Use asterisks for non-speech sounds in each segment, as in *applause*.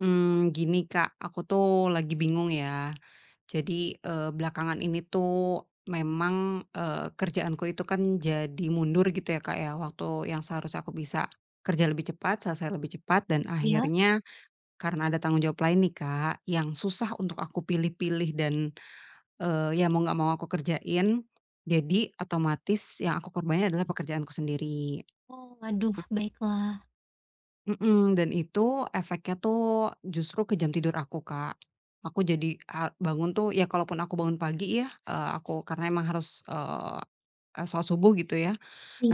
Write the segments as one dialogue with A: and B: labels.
A: Gini Kak, aku tuh lagi bingung ya. Jadi, belakangan ini tuh memang, kerjaanku itu kan jadi mundur gitu ya Kak ya, waktu yang seharusnya aku bisa kerja lebih cepat, selesai lebih cepat, dan
B: Iya?
A: akhirnya karena ada tanggung jawab lain nih Kak, yang susah untuk aku pilih-pilih dan, ya mau nggak mau aku kerjain, jadi otomatis yang aku korbanin adalah pekerjaanku sendiri.
B: Oh, waduh, baiklah.
A: Mhm, dan itu efeknya tuh justru ke jam tidur aku, Kak. Aku jadi bangun tuh ya kalaupun aku bangun pagi ya, aku karena emang harus, eee eee, sholat subuh gitu ya.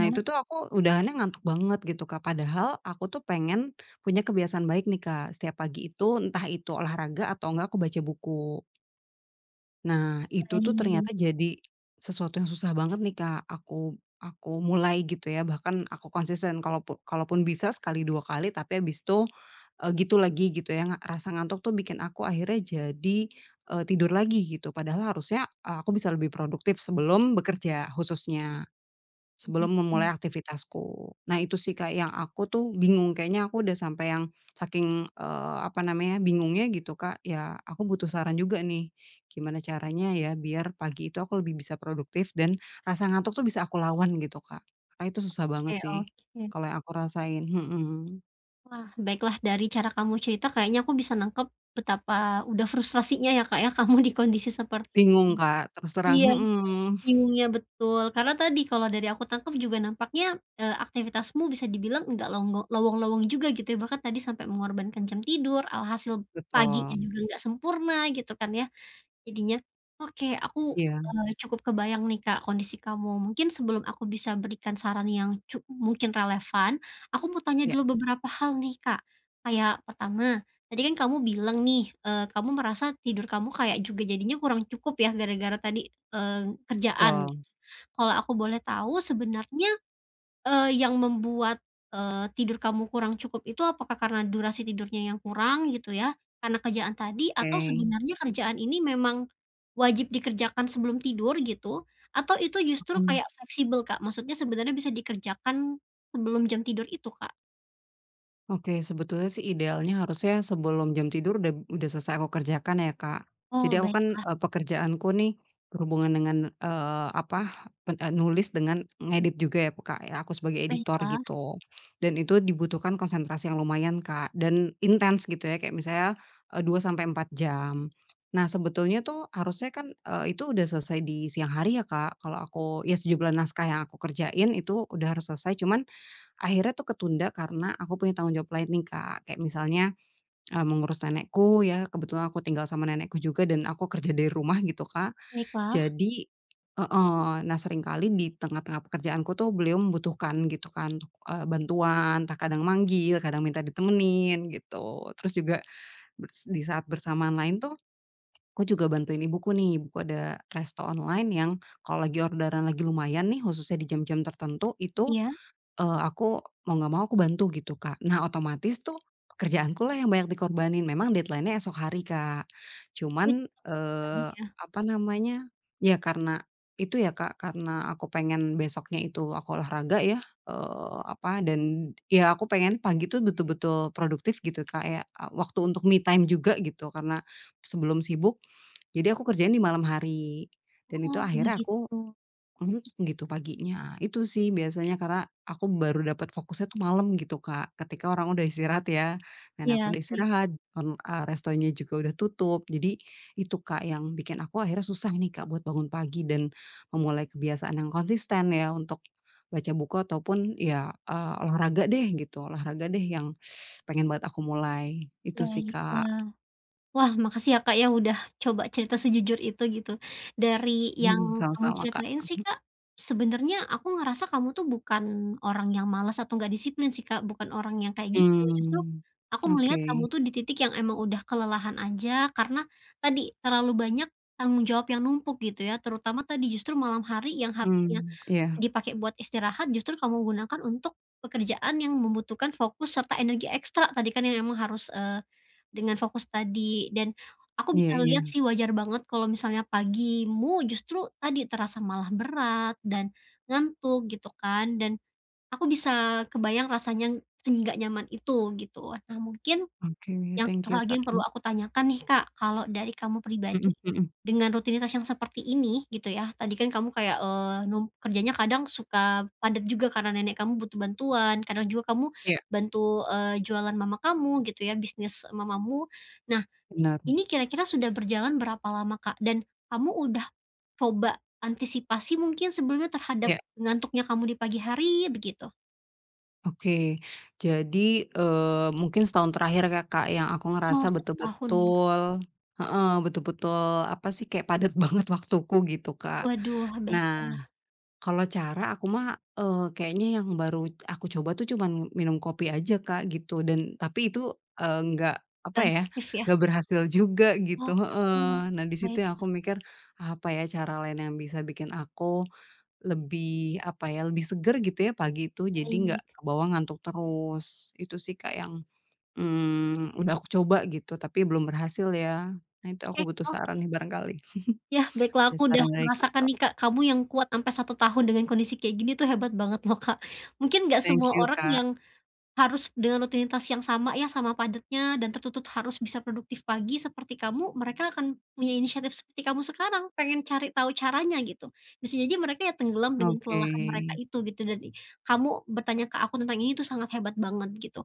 A: Nah itu tuh aku udahannya ngantuk banget gitu, Kak. Padahal aku tuh pengen punya kebiasaan baik nih, Kak. Setiap pagi itu entah itu olahraga atau enggak aku baca buku. Nah, itu
B: baik.
A: tuh
B: Mhm.
A: ternyata jadi sesuatu yang susah banget nih, Kak, aku mulai gitu ya, bahkan aku konsisten kalaupun kalaupun bisa sekali 2 kali, tapi habis itu, gitu lagi gitu ya, rasa ngantuk tuh bikin aku akhirnya jadi, tidur lagi gitu, padahal harusnya, aku bisa lebih produktif sebelum bekerja khususnya.
B: Baik.
A: Sebelum memulai
B: Mhm.
A: aktivitasku. Nah itu sih Kak yang aku tuh bingung kayaknya aku udah sampai yang saking, apa namanya, bingungnya gitu Kak, ya aku butuh saran juga nih, gimana caranya ya biar pagi itu aku lebih bisa produktif dan rasa ngantuk tuh bisa aku lawan gitu Kak. Karena itu susah banget
B: Oke,
A: sih,
B: oke.
A: kalau yang aku rasain, mhm.
B: Wah, baiklah, dari cara kamu cerita kayaknya aku bisa nangkep betapa udah frustrasinya ya, Kak, ya, *laughs* kamu di kondisi seperti
A: Bingung
B: ini.
A: Kak, terus terang
B: Iya,
A: mhm,
B: bingungnya betul. Karena tadi kalau dari aku tangkap juga nampaknya, aktivitasmu bisa dibilang nggak lowong-lowong juga gitu ya, bahkan tadi sampai mengorbankan jam tidur, alhasil paginya
A: betul,
B: juga nggak sempurna gitu kan ya. Jadinya, oke,
A: iya
B: cukup kebayang nih Kak kondisi kamu. Mungkin sebelum aku bisa berikan saran yang mungkin relevan, aku mau tanya
A: iya,
B: dulu beberapa hal nih Kak. Kayak pertama, tadi kan kamu bilang nih, kamu merasa tidur kamu kayak juga jadinya kurang cukup ya gara-gara tadi, eee, kerjaan
A: betul,
B: gitu. Kalau aku boleh tahu sebenarnya yang membuat, tidur kamu kurang cukup itu apakah karena durasi tidurnya yang kurang gitu ya, karena kerjaan tadi, atau
A: oke,
B: sebenarnya kerjaan ini memang wajib dikerjakan sebelum tidur gitu? Atau itu justru
A: mhm.
B: kayak fleksibel, Kak? Maksudnya sebenarnya bisa dikerjakan sebelum jam tidur itu, Kak?
A: Oke, sebetulnya sih idealnya harusnya sebelum jam tidur udah selesai aku kerjakan ya, Kak. Jadi
B: Oh,
A: aku kan,
B: baiklah,
A: pekerjaanku nih berhubungan dengan, apa, nulis dengan ngedit juga ya, Kak, ya, aku sebagai editor
B: baiklah,
A: gitu. Dan itu dibutuhkan konsentrasi yang lumayan, Kak, dan intens gitu ya, kayak misalnya, 2 sampai 4 jam. Nah, sebetulnya tuh harusnya kan, itu udah selesai di siang hari ya, Kak, kalau aku ya sejumlah naskah yang aku kerjain itu udah harus selesai, cuman akhirnya tuh ketunda karena aku punya tanggung jawab lain nih, Kak. Kayak misalnya, mengurus nenekku ya, kebetulan aku tinggal sama nenekku juga dan aku kerja dari rumah gitu, Kak.
B: baiklah.
A: Jadi heeh, nah seringkali di tengah-tengah pekerjaanku tuh beliau membutuhkan gitu kan, bantuan, entah kadang manggil, kadang minta ditemenin gitu. Terus juga di saat bersamaan lain tuh, aku juga bantuin ibuku nih, ibuku ada resto online yang kalau lagi orderan lagi lumayan nih, khususnya di jam-jam tertentu, itu
B: Iya,
A: Aku mau nggak mau aku bantu gitu, Kak. Nah, otomatis tuh pekerjaankulah yang banyak dikorbanin. Memang deadline-nya esok hari, Kak.
B: itu
A: Cuman,
B: tadi ya.
A: apa namanya, ya karena itu ya, Kak, karena aku pengen besoknya itu aku olahraga ya, apa, dan ya aku pengen pagi tuh betul-betul produktif gitu, Kak, ya, waktu untuk me time juga gitu, karena sebelum sibuk, jadi aku kerjain di malam hari. Dan itu
B: Oh,
A: akhirnya aku
B: begitu.
A: ngantuk gitu paginya, itu sih biasanya karena aku baru dapat fokusnya tuh malam gitu, Kak, ketika orang udah istirahat ya, dan aku
B: Iya
A: udah
B: sih,
A: istirahat, restonya juga udah tutup, jadi itu, Kak, yang bikin aku akhirnya susah nih, Kak, buat bangun pagi dan memulai kebiasaan yang konsisten ya untuk baca buku ataupun ya, olahraga deh gitu, olahraga deh yang pengen banget aku mulai, itu sih, Kak.
B: baiklah. Wah, makasih ya, Kak, ya, udah coba cerita sejujur itu gitu. Dari yang
A: Mhm,
B: kamu
A: sama-sama, Kak.
B: ceritain sih, Kak, sebenarnya aku ngerasa kamu tuh bukan orang yang malas atau nggak disiplin sih, Kak, bukan orang yang kayak gitu. Justru
A: Mmm,
B: aku melihat
A: oke.
B: kamu tuh di titik yang emang udah kelelahan aja, karena tadi terlalu banyak tanggung jawab yang numpuk gitu ya, terutama tadi justru malam hari yang harusnya
A: Mmm, iya,
B: dipakai buat istirahat justru kamu gunakan untuk pekerjaan yang membutuhkan fokus serta energi ekstra tadi kan yang emang harus, dengan fokus tadi, dan aku
A: iya
B: bisa lihat
A: iya.
B: sih wajar banget kalau misalnya pagimu justru tadi terasa malah berat dan ngantuk gitu kan, dan aku bisa kebayang rasanya nggak nyaman itu gitu. Nah, mungkin
A: Oke,
B: yang satu
A: thank
B: hal
A: you,
B: lagi
A: Kak.
B: yang perlu aku tanyakan nih Kak, kalau dari kamu pribadi,
A: Mhm mhm.
B: dengan rutinitas yang seperti ini gitu ya, tadi kan kamu kayak, eee, num kerjanya kadang suka padat juga karena nenek kamu butuh bantuan, kadang juga kamu
A: Iya,
B: bantu, jualan mama kamu gitu ya, bisnis mamamu. Nah,
A: benar.
B: ini kira-kira sudah berjalan berapa lama Kak? Dan kamu udah coba antisipasi mungkin sebelumnya terhadap
A: Iya,
B: ngantuknya kamu di pagi hari begitu?
A: oke. Jadi, mungkin setahun terakhir ya, Kak, yang aku
B: Oh,
A: ngerasa
B: satu tahun ya?
A: betul-betul heeh, apa sih, kayak padat *laughs* banget waktuku gitu, Kak.
B: Waduh,
A: Nah,
B: baiklah,
A: kalau cara aku mah, kayaknya yang baru aku coba tuh cuman minum kopi aja, Kak, gitu dan tapi itu, nggak apa
B: nggak
A: ya,
B: efektif ya?
A: nggak berhasil juga gitu
B: Oke,
A: heeh. Nah, di situ
B: baik.
A: yang aku mikir, apa ya cara lain yang bisa bikin aku Lebih, lebih seger gitu ya pagi itu, jadi nggak
B: Baik.
A: kebawa ngantuk terus. Itu sih, Kak, yang, udah aku coba gitu, tapi belum berhasil ya. Nah itu aku
B: Oke,
A: butuh
B: oke.
A: saran nih barangkali.
B: Yah, baiklah,
A: Ada
B: aku udah
A: saran dari
B: merasakan
A: Kakak.
B: nih Kak, kamu yang kuat sampai satu tahun dengan kondisi kayak gini tuh hebat banget loh Kak. Mungkin nggak
A: Thank
B: semua
A: you,
B: orang
A: Kak.
B: yang harus dengan rutinitas yang sama ya, sama padatnya dan tertuntut harus bisa produktif pagi seperti kamu, mereka akan punya inisiatif seperti kamu sekarang, pengen cari tahu caranya gitu. Bisa jadi mereka ya tenggelam dengan
A: Oke.
B: kelelahan mereka itu gitu, dan kamu bertanya ke aku tentang ini tuh sangat hebat banget gitu.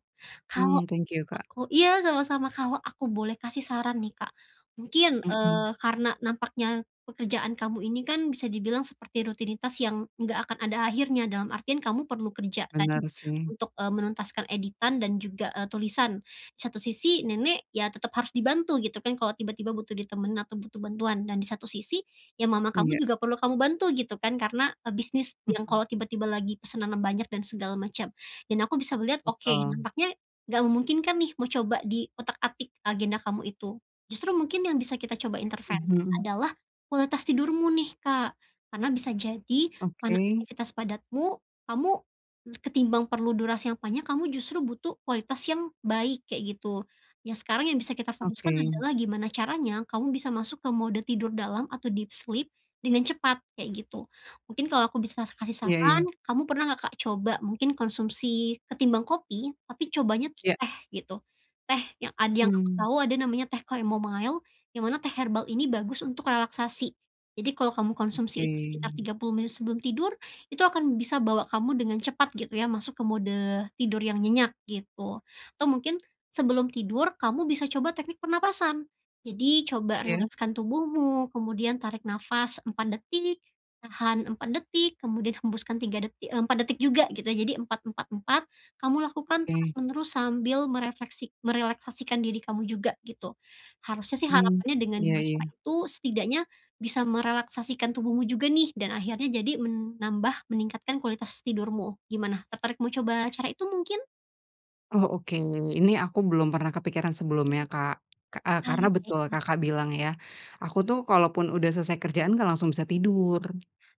B: Kalau
A: Thank you, Kak.
B: Aku iya, sama-sama. Kalau aku boleh kasih saran nih, Kak, mungkin,
A: Mhm,
B: karena nampaknya pekerjaan kamu ini kan bisa dibilang seperti rutinitas yang nggak akan ada akhirnya, dalam artian kamu perlu kerja tadi
A: bener sih.
B: untuk, menuntaskan editan dan juga, tulisan. Di satu sisi nenek ya tetap harus dibantu gitu kan kalau tiba-tiba butuh ditemenin atau butuh bantuan, dan di satu sisi ya mama kamu
A: Iya,
B: juga perlu kamu bantu gitu kan karena, bisnis
A: *laughs*
B: yang
A: mhm,
B: kalau tiba-tiba lagi pesanan banyak dan segala macam. Dan aku bisa melihat, oke
A: betul.
B: nampaknya nggak memungkinkan nih mau coba di otak atik agenda kamu itu. Justru mungkin yang bisa kita coba intervensi
A: Mhm,
B: adalah kualitas tidurmu nih, Kak. Karena bisa jadi karena
A: oke
B: aktivitas padatmu, kamu ketimbang perlu durasi yang panjang, kamu justru butuh kualitas yang baik kayak gitu. Ya sekarang yang bisa kita fokuskan
A: oke.
B: adalah gimana caranya kamu bisa masuk ke mode tidur dalam atau deep sleep dengan cepat kayak gitu. Mungkin kalau aku bisa kasih
A: Iya iya.
B: saran, kamu pernah nggak, Kak, coba mungkin konsumsi ketimbang kopi, tapi cobanya tuh
A: Iya,
B: teh gitu. Teh yang ada yang aku
A: mmm,
B: tahu ada namanya teh chamomile, yang mana teh herbal ini bagus untuk relaksasi. Jadi kalau kamu
A: oke.
B: konsumsi itu sekitar 30 menit sebelum tidur, itu akan bisa bawa kamu dengan cepat gitu ya, masuk ke mode tidur yang nyenyak gitu. Atau mungkin sebelum tidur kamu bisa coba teknik pernapasan. Jadi coba
A: Iya,
B: rilekskan tubuhmu, kemudian tarik nafas 4 detik, tahan 4 detik, kemudian hembuskan 3 detik 4 detik juga gitu ya. Jadi 4 4 4 kamu lakukan
A: oke.
B: terus-menerus sambil merelaksasikan diri kamu juga gitu. Harusnya sih
A: Mmm,
B: harapannya dengan 2
A: iya iya.
B: cara itu setidaknya bisa merelaksasikan tubuhmu juga nih dan akhirnya jadi meningkatkan kualitas tidurmu. Gimana, tertarik mau coba cara itu mungkin?
A: Oh, oke. Ini aku belum pernah kepikiran sebelumnya, Kak.
B: Ah,
A: Karena betul
B: baiklah.
A: Kakak bilang ya, aku tuh kalaupun udah selesai kerjaan nggak langsung bisa tidur,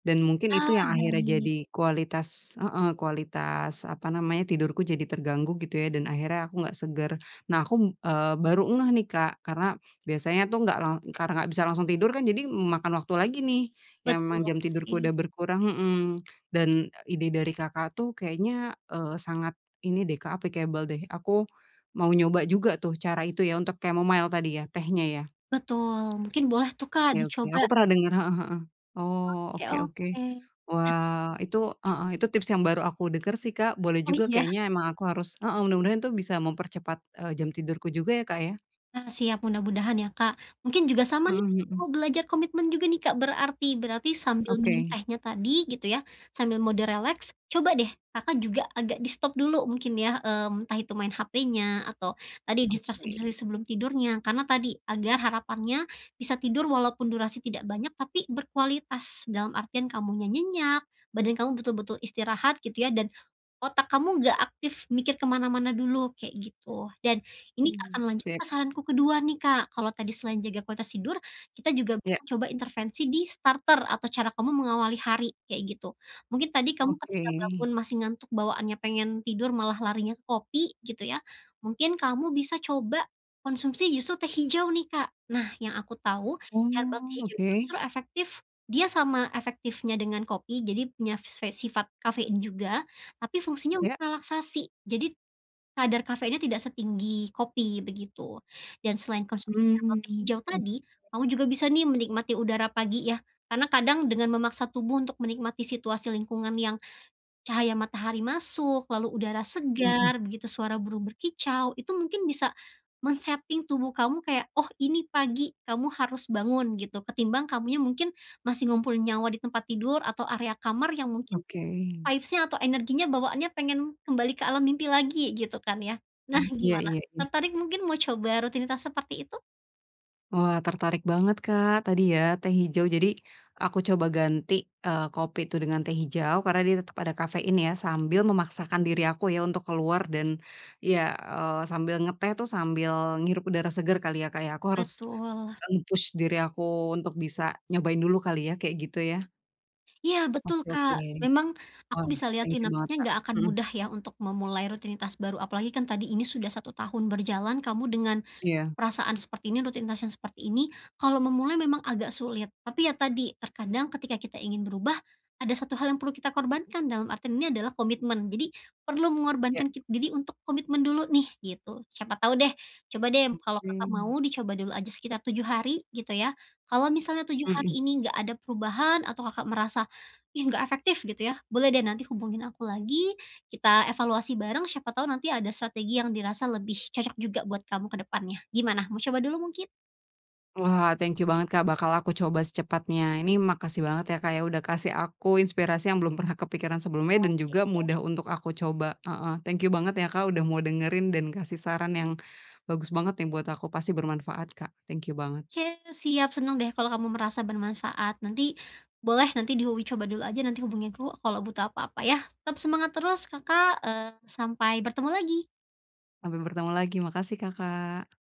A: dan mungkin itu
B: Ah,
A: yang akhirnya
B: baik.
A: jadi kualitas apa namanya, tidurku jadi terganggu gitu ya, dan akhirnya aku nggak seger. Nah aku, baru ngeh nih, Kak, karena biasanya tuh nggak lang karena nggak bisa langsung tidur kan jadi memakan waktu lagi nih, yang
B: Betul
A: memang jam tidurku
B: sih.
A: udah berkurang mhm, dan ide dari Kakak tuh kayaknya, sangat ini deh Kak, applicable deh. Aku mau nyoba juga tuh cara itu ya untuk chamomile tadi ya, tehnya ya?
B: Betul, mungkin boleh tuh Kak
A: Oke oke,
B: dicoba.
A: aku pernah dengar heeh heeh. Oh,
B: Oke,
A: oke oke.
B: oke.
A: Wah, itu heeh, itu tips yang baru aku denger sih Kak, boleh
B: Oh
A: juga
B: iya?
A: kayaknya emang aku harus heeh, mudah-mudahan itu bisa mempercepat, jam tidurku juga ya Kak ya?
B: Ah, siap, mudah-mudahan ya, Kak. Mungkin juga sama nih,
A: Mhm
B: mau
A: mhm.
B: belajar komitmen juga nih, Kak, berarti. Berarti sambil minum Mhm.
A: Oke
B: tehnya tadi gitu ya, sambil mode relax coba deh Kakak juga agak di-stop dulu mungkin ya, entah itu main HP-nya atau tadi
A: oke.
B: distraksi-distraksi sebelum tidurnya. Karena tadi, agar harapannya bisa tidur walaupun durasi tidak banyak tapi berkualitas. Dalam artian kamunya nyenyak, badan kamu betul-betul istirahat gitu ya, dan otak kamu nggak aktif mikir kemana mana dulu, kayak gitu. Dan ini akan
A: Mmm,
B: lanjut ke
A: sip.
B: saranku kedua nih, Kak. Kalau tadi selain jaga kualitas tidur, kita juga
A: Ya,
B: bisa coba intervensi di starter atau cara kamu mengawali hari, kayak gitu. Mungkin tadi kamu
A: oke.
B: ketika bangun masih ngantuk bawaannya pengen tidur malah larinya ke kopi gitu ya, mungkin kamu bisa coba konsumsi justru teh hijau nih, Kak. Nah, yang aku tahu herbal teh
A: Oh,
B: hijau itu
A: oke.
B: justru efektif, dia sama efektifnya dengan kopi, jadi punya sifat kafein juga, tapi fungsinya untuk
A: Ya.
B: relaksasi. Jadi kadar kafeinnya tidak setinggi kopi, begitu. Dan selain konsumsi herbal teh
A: Mmm,
B: hijau tadi, kamu juga bisa nih menikmati udara pagi ya, karena kadang dengan memaksa tubuh untuk menikmati situasi lingkungan yang cahaya matahari masuk, lalu udara
A: mhm,
B: segar, begitu suara burung berkicau, itu mungkin bisa men-setting tubuh kamu kayak, "Oh, ini pagi, kamu harus bangun," gitu, ketimbang kamunya mungkin masih ngumpulin nyawa di tempat tidur atau area kamar yang mungkin
A: oke.
B: vibes-nya atau energinya bawaannya pengen kembali ke alam mimpi lagi gitu kan ya. Nah,
A: Iya
B: gimana?
A: iya iya.
B: Tertarik mungkin mau coba rutinitas seperti itu?
A: Wah, tertarik banget, Kak, tadi ya teh hijau. Jadi aku coba ganti, kopi itu dengan teh hijau karena dia tetap ada kafein ya, sambil memaksakan diri aku ya untuk keluar dan ya, sambil ngeteh tuh sambil ngirup udara segar kali ya, Kak, ya. Aku harus
B: Betul.
A: nge-push diri aku untuk bisa nyobain dulu kali ya, kayak gitu ya.
B: Iya betul,
A: Oke oke.
B: Kak. Memang aku
A: Wah,
B: bisa lihat
A: thank
B: sih
A: you banget,
B: nampaknya
A: Kak.
B: nggak akan
A: Mhm,
B: mudah ya untuk memulai rutinitas baru apalagi kan tadi ini sudah satu tahun berjalan kamu dengan
A: iya
B: perasaan seperti ini, rutinitas yang seperti ini, kalau memulai memang agak sulit. Tapi ya tadi, terkadang ketika kita ingin berubah, ada satu hal yang perlu kita korbankan, dalam artian ini adalah komitmen. Jadi, perlu
A: iya.
B: mengorbankan diri untuk komitmen dulu nih, gitu. Siapa tahu deh, coba deh kalau
A: Oke.
B: Kakak mau dicoba dulu aja sekitar 7 hari, gitu ya. Kalau misalnya tujuh
A: Mhm.
B: hari ini nggak ada perubahan atau Kakak merasa, "Ih, nggak efektif," gitu ya, boleh deh nanti hubungin aku lagi, kita evaluasi bareng siapa tahu nanti ada strategi yang dirasa lebih cocok juga buat kamu ke depannya. Gimana? Mau coba dulu mungkin?
A: Wah, thank you banget, Kak, bakal aku coba secepatnya. Ini makasih banget ya, Kak, ya, udah kasih aku inspirasi yang belum pernah kepikiran sebelumnya dan
B: Oke,
A: juga mudah untuk aku coba, heeh. Thank you banget ya, Kak, udah mau dengerin dan kasih saran yang bagus banget nih buat aku, pasti bermanfaat, Kak. Thank you banget.
B: oke, siap, senang deh kalau kamu merasa bermanfaat. Nanti boleh nanti diuji coba dulu aja nanti hubungi aku kalau butuh apa-apa ya. Tetap semangat terus Kakak, sampai bertemu lagi.
A: Sampai bertemu lagi, makasih, Kakak.